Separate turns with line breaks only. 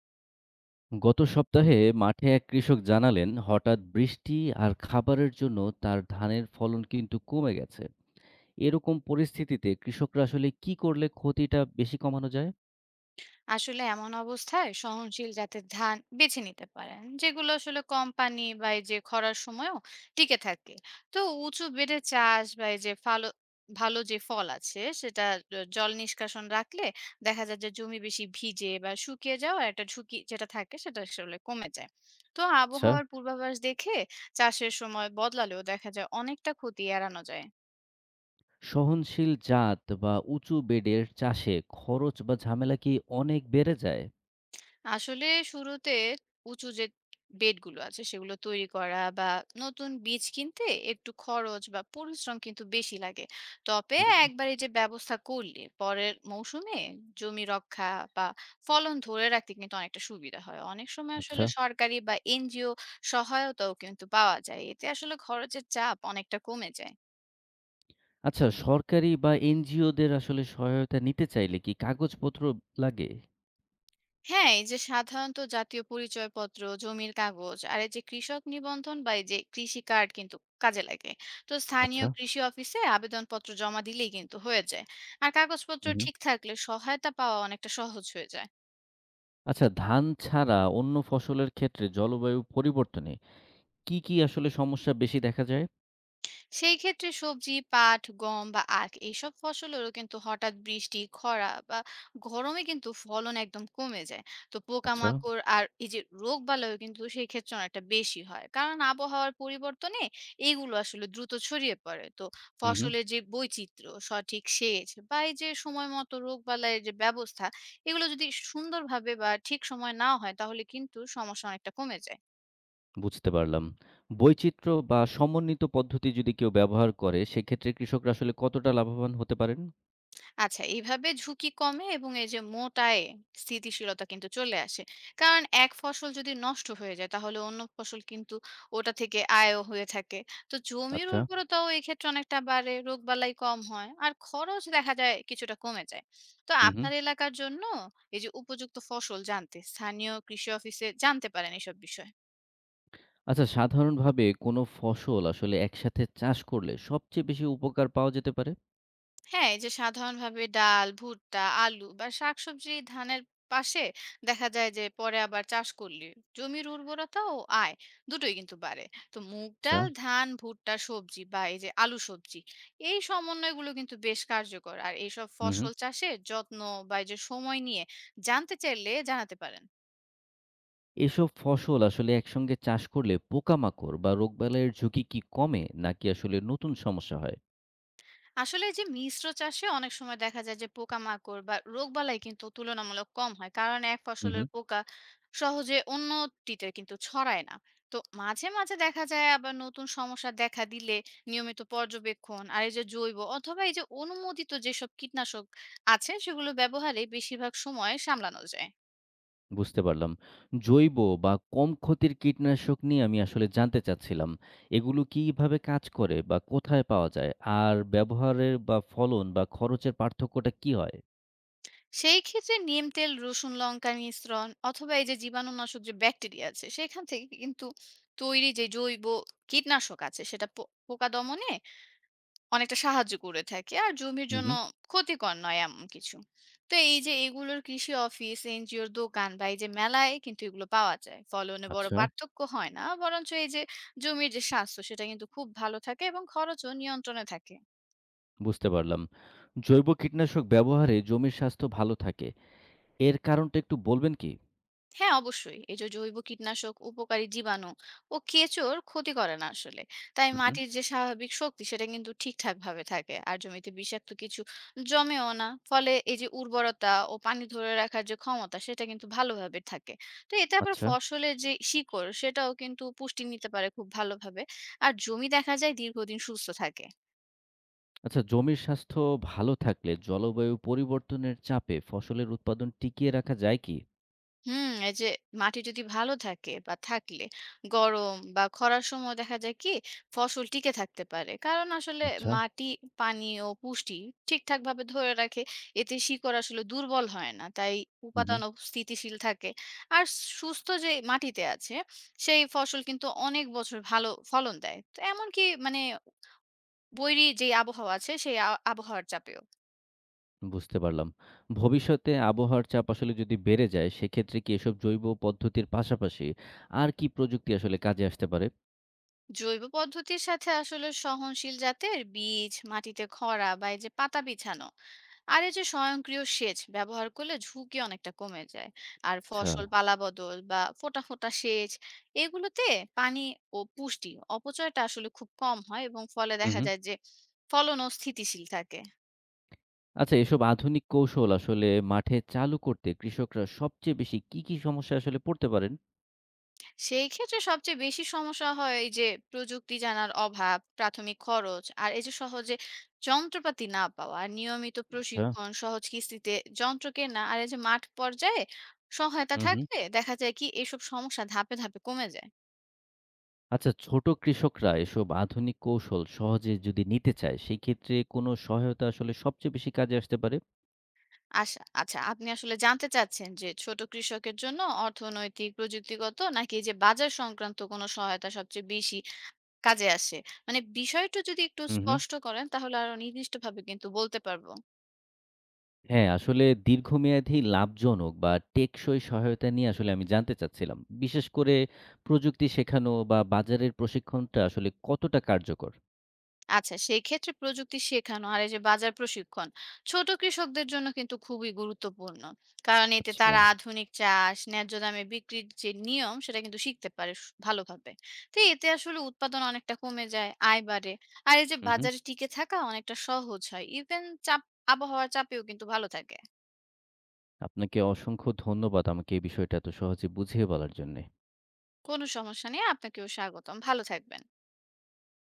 গত সপ্তাহে মাঠে এক কৃষক জানালেন হঠাৎ বৃষ্টি আর খাবারের জন্য তার ধানের ফলন কিন্তু কমে গেছে। এরকম পরিস্থিতিতে কৃষকরা আসলে কি করলে ক্ষতিটা বেশি কমানো যায়?
আসলে এমন অবস্থায় সহনশীল জাতের ধান বেছে নিতে পারেন, যেগুলো আসলে কম পানি বা এই যে খরার সময়ও টিকে থাকে। তো উঁচু বেড়ে চাষ বা এই যে ফালো ভালো যে ফল আছে সেটা জল নিষ্কাশন রাখলে দেখা যায় যে জমি বেশি ভিজে বা শুকিয়ে যাওয়া একটা ঝুঁকি যেটা থাকে সেটা আসলে কমে যায়। তো
আচ্ছা,
আবহাওয়ার পূর্বাভাস দেখে চাষের সময় বদলালেও দেখা যায় অনেকটা ক্ষতি এড়ানো যায়।
সহনশীল জাত বা উঁচু বেডের চাষে খরচ বা ঝামেলা কি অনেক বেড়ে যায়?
আসলে শুরুতে উঁচু যে বেডগুলো আছে সেগুলো তৈরি করা বা নতুন বীজ কিনতে একটু খরচ বা পরিশ্রম কিন্তু বেশি লাগে। তবে
হুম।
একবার এই যে ব্যবস্থা করলে পরের মৌসুমে জমি রক্ষা বা ফলন ধরে রাখতে কিন্তু অনেকটা সুবিধা হয়। অনেক সময়
আচ্ছা।
আসলে সরকারি বা এনজিও সহায়তাও কিন্তু পাওয়া যায়, এতে আসলে খরচের চাপ অনেকটা কমে যায়।
আচ্ছা, সরকারি বা এনজিও দের আসলে সহায়তা নিতে চাইলে কি কাগজপত্র লাগে?
হ্যাঁ, এই যে সাধারণত জাতীয় পরিচয়পত্র, জমির কাগজ আর এই যে কৃষক নিবন্ধন বা এই যে কৃষি কার্ড কিন্তু কাজে লাগে। তো স্থানীয়
আচ্ছা।
কৃষি অফিসে আবেদনপত্র জমা দিলেই কিন্তু হয়ে যায়। আর কাগজপত্র
হুম।
ঠিক থাকলে সহায়তা পাওয়া অনেকটা সহজ হয়ে যায়।
আচ্ছা, ধান ছাড়া অন্য ফসলের ক্ষেত্রে জলবায়ু পরিবর্তনে কি, কি আসলে সমস্যা বেশি দেখা যায়?
সেই ক্ষেত্রে সবজি, পাট, গম বা আখ এইসব ফসলেরও কিন্তু হঠাৎ বৃষ্টি, খরা বা গরমে কিন্তু ফলন একদম কমে যায়। তো
আচ্ছা।
পোকামাকড় আর এই যে রোগ বালাইও কিন্তু সেই ক্ষেত্রে অনেকটা বেশি হয়, কারণ আবহাওয়ার পরিবর্তনে এইগুলো আসলে দ্রুত ছড়িয়ে পড়ে। তো
হুম, হুম,
ফসলের যে বৈচিত্র্য, সঠিক সেচ বা এই যে সময় মতো রোগ বালাইয়ের যে ব্যবস্থা, এগুলো যদি সুন্দরভাবে বা ঠিক সময় না হয় তাহলে কিন্তু সমস্যা অনেকটা কমে যায়।
বুঝতে পারলাম। বৈচিত্র্য বা সমন্বিত পদ্ধতি যদি কেউ ব্যবহার করে, সেক্ষেত্রে কৃষকরা আসলে কতটা লাভবান হতে পারেন?
আচ্ছা, এইভাবে ঝুঁকি কমে এবং এই যে মোটায় স্থিতিশীলতা কিন্তু চলে আসে, কারণ এক ফসল যদি নষ্ট হয়ে যায় তাহলে অন্য ফসল কিন্তু ওটা থেকে আয়ও হয়ে থাকে। তো জমির
আচ্ছা।
উর্বরতাও এক্ষেত্রে অনেকটা বাড়ে, রোগবালাই কম হয় আর খরচ দেখা যায় কিছুটা কমে যায়। তো
হুম, হুম।
আপনার এলাকার জন্য এই যে উপযুক্ত ফসল জানতে স্থানীয় কৃষি অফিসে জানতে পারেন এসব বিষয়ে।
আচ্ছা, সাধারণভাবে কোনো ফসল আসলে একসাথে চাষ করলে সবচেয়ে বেশি উপকার পাওয়া যেতে পারে?
হ্যাঁ, এই যে সাধারণভাবে ডাল, ভুট্টা, আলু বা শাকসবজি ধানের পাশে দেখা যায় যে পরে আবার চাষ করলে জমির উর্বরতা ও আয় দুটোই কিন্তু বাড়ে। তো মুগ
আচ্ছা।
ডাল, ধান, ভুট্টা, সবজি বা এই যে আলু সবজি, এই সমন্বয়গুলো কিন্তু বেশ কার্যকর। আর এইসব
হুম, হুম।
ফসল চাষের যত্ন বা এই যে সময় নিয়ে জানতে চাইলে জানাতে পারেন।
এসব ফসল আসলে একসঙ্গে চাষ করলে পোকামাকড় বা রোগবালাইয়ের ঝুঁকি কি কমে নাকি আসলে নতুন সমস্যা হয়?
আসলে যে মিশ্র চাষে অনেক সময় দেখা যায় যে পোকামাকড় বা রোগবালাই কিন্তু তুলনামূলক কম হয়, কারণ এক
হুম,
ফসলের
হুম।
পোকা সহজে অন্যটিতে কিন্তু ছড়ায় না। তো মাঝে মাঝে দেখা যায় আবার নতুন সমস্যা দেখা দিলে নিয়মিত পর্যবেক্ষণ আর এই যে জৈব অথবা এই যে অনুমোদিত যেসব কীটনাশক আছে সেগুলো ব্যবহারে বেশিরভাগ সময় সামলানো যায়।
বুঝতে পারলাম। জৈব বা কম ক্ষতির কীটনাশক নিয়ে আমি আসলে জানতে চাচ্ছিলাম। এগুলো কিভাবে কাজ করে বা কোথায় পাওয়া যায়? আর ব্যবহারের বা ফলন বা খরচের পার্থক্যটা কি হয়?
সেই ক্ষেত্রে নিম তেল, রসুন, লঙ্কার মিশ্রণ অথবা এই যে জীবাণুনাশক যে ব্যাকটেরিয়া আছে সেখান থেকে কিন্তু তৈরি যে জৈব কীটনাশক আছে সেটা পোকা দমনে অনেকটা সাহায্য করে থাকে, আর জমির
হুম,
জন্য
হুম।
ক্ষতিকর নয় এমন কিছু। তো এই যে এগুলোর কৃষি অফিস, এনজিওর দোকান বা এই যে মেলায় কিন্তু এগুলো পাওয়া যায়। ফলনে বড়
আচ্ছা।
পার্থক্য হয় না, বরঞ্চ এই যে জমির যে স্বাস্থ্য সেটা কিন্তু খুব ভালো থাকে এবং খরচও নিয়ন্ত্রণে থাকে।
বুঝতে পারলাম। জৈব কীটনাশক ব্যবহারে জমির স্বাস্থ্য ভালো থাকে। এর কারণটা একটু বলবেন কি?
হ্যাঁ অবশ্যই, এই যে জৈব কীটনাশক উপকারী জীবাণু ও কেঁচোর ক্ষতি করে না আসলে, তাই
হুম, হুম।
মাটির যে স্বাভাবিক শক্তি সেটা কিন্তু ঠিকঠাক ভাবে থাকে। আর জমিতে বিষাক্ত কিছু জমেও না, ফলে এই যে উর্বরতা ও পানি ধরে রাখার যে ক্ষমতা সেটা কিন্তু ভালোভাবে থাকে। তো এতে আবার
আচ্ছা।
ফসলের যে শিকড় সেটাও কিন্তু পুষ্টি নিতে পারে খুব ভালোভাবে, আর জমি দেখা যায় দীর্ঘদিন সুস্থ থাকে।
আচ্ছা, জমির স্বাস্থ্য ভালো থাকলে জলবায়ু পরিবর্তনের চাপে ফসলের উৎপাদন টিকিয়ে রাখা যায় কি?
হুম, এই যে মাটি যদি ভালো থাকে বা থাকলে গরম বা খরার সময় দেখা যায় কি ফসল টিকে থাকতে পারে, কারণ আসলে
আচ্ছা।
মাটি পানি ও পুষ্টি ঠিকঠাক ভাবে ধরে রাখে। এতে শিকড় আসলে দুর্বল হয় না, তাই
হুম, হুম।
উপাদানও স্থিতিশীল থাকে। আর সুস্থ যে মাটিতে আছে সেই ফসল কিন্তু অনেক বছর ভালো ফলন দেয়, তো এমনকি মানে বৈরী যে আবহাওয়া আছে সেই আবহাওয়ার চাপেও।
বুঝতে পারলাম। ভবিষ্যতে আবহাওয়ার চাপ আসলে যদি বেড়ে যায়, সেক্ষেত্রে কি এসব জৈব পদ্ধতির পাশাপাশি আর কি প্রযুক্তি আসলে কাজে আসতে পারে?
জৈব পদ্ধতির সাথে আসলে সহনশীল জাতের বীজ, মাটিতে খরা বা এই যে পাতা বিছানো আর এই যে স্বয়ংক্রিয় সেচ ব্যবহার করলে ঝুঁকি অনেকটা কমে যায়। আর
আচ্ছা।
ফসল পালা বদল বা ফোটা ফোটা সেচ, এগুলোতে পানি ও পুষ্টি অপচয়টা আসলে খুব কম হয়, এবং ফলে
হু,
দেখা
হুম।
যায় যে ফলনও স্থিতিশীল থাকে।
আচ্ছা, এসব আধুনিক কৌশল আসলে মাঠে চালু করতে কৃষকরা সবচেয়ে বেশি কি, কি সমস্যায় আসলে পড়তে পারেন?
সেই ক্ষেত্রে সবচেয়ে বেশি সমস্যা হয় এই যে প্রযুক্তি জানার অভাব, প্রাথমিক খরচ আর এই যে সহজে যন্ত্রপাতি না পাওয়া। আর নিয়মিত
আচ্ছা।
প্রশিক্ষণ, সহজ কিস্তিতে যন্ত্র কেনা আর এই যে মাঠ পর্যায়ে সহায়তা
হু, হুম।
থাকলে দেখা যায় কি এসব সমস্যা ধাপে ধাপে কমে যায়।
আচ্ছা, ছোট কৃষকরা এসব আধুনিক কৌশল সহজে যদি নিতে চায়, সেক্ষেত্রে কোনো সহায়তা আসলে সবচেয়ে বেশি কাজে আসতে পারে?
আচ্ছা, আপনি আসলে জানতে চাচ্ছেন যে ছোট কৃষকের জন্য অর্থনৈতিক, প্রযুক্তিগত নাকি এই যে বাজার সংক্রান্ত কোনো সহায়তা সবচেয়ে বেশি কাজে আসে? মানে বিষয়টা যদি একটু
হুম, হুম।
স্পষ্ট করেন তাহলে আরো নির্দিষ্টভাবে কিন্তু বলতে পারবো।
হ্যাঁ, আসলে দীর্ঘমেয়াদী লাভজনক বা টেকসই সহায়তা নিয়ে আসলে আমি জানতে চাচ্ছিলাম। বিশেষ করে প্রযুক্তি শেখানো বা বাজারের প্রশিক্ষণটা আসলে কতটা কার্যকর?
আচ্ছা, সেক্ষেত্রে প্রযুক্তি শেখানো আর এই যে বাজার প্রশিক্ষণ ছোট কৃষকদের জন্য কিন্তু খুবই গুরুত্বপূর্ণ, কারণ এতে
আচ্ছা।
তারা আধুনিক চাষ, ন্যায্য দামে বিক্রির যে নিয়ম সেটা কিন্তু শিখতে পারে ভালোভাবে। তো এতে আসলে উৎপাদন অনেকটা কমে যায়, আয় বাড়ে আর এই যে
হু, হু।
বাজারে টিকে থাকা অনেকটা সহজ হয়। ইভেন চাপ, আবহাওয়ার চাপেও কিন্তু ভালো থাকে।
আপনাকে অসংখ্য ধন্যবাদ আমাকে এই বিষয়টা এত সহজে বুঝিয়ে বলার জন্যে।
কোনো সমস্যা নেই, আপনাকেও স্বাগতম, ভালো থাকবেন।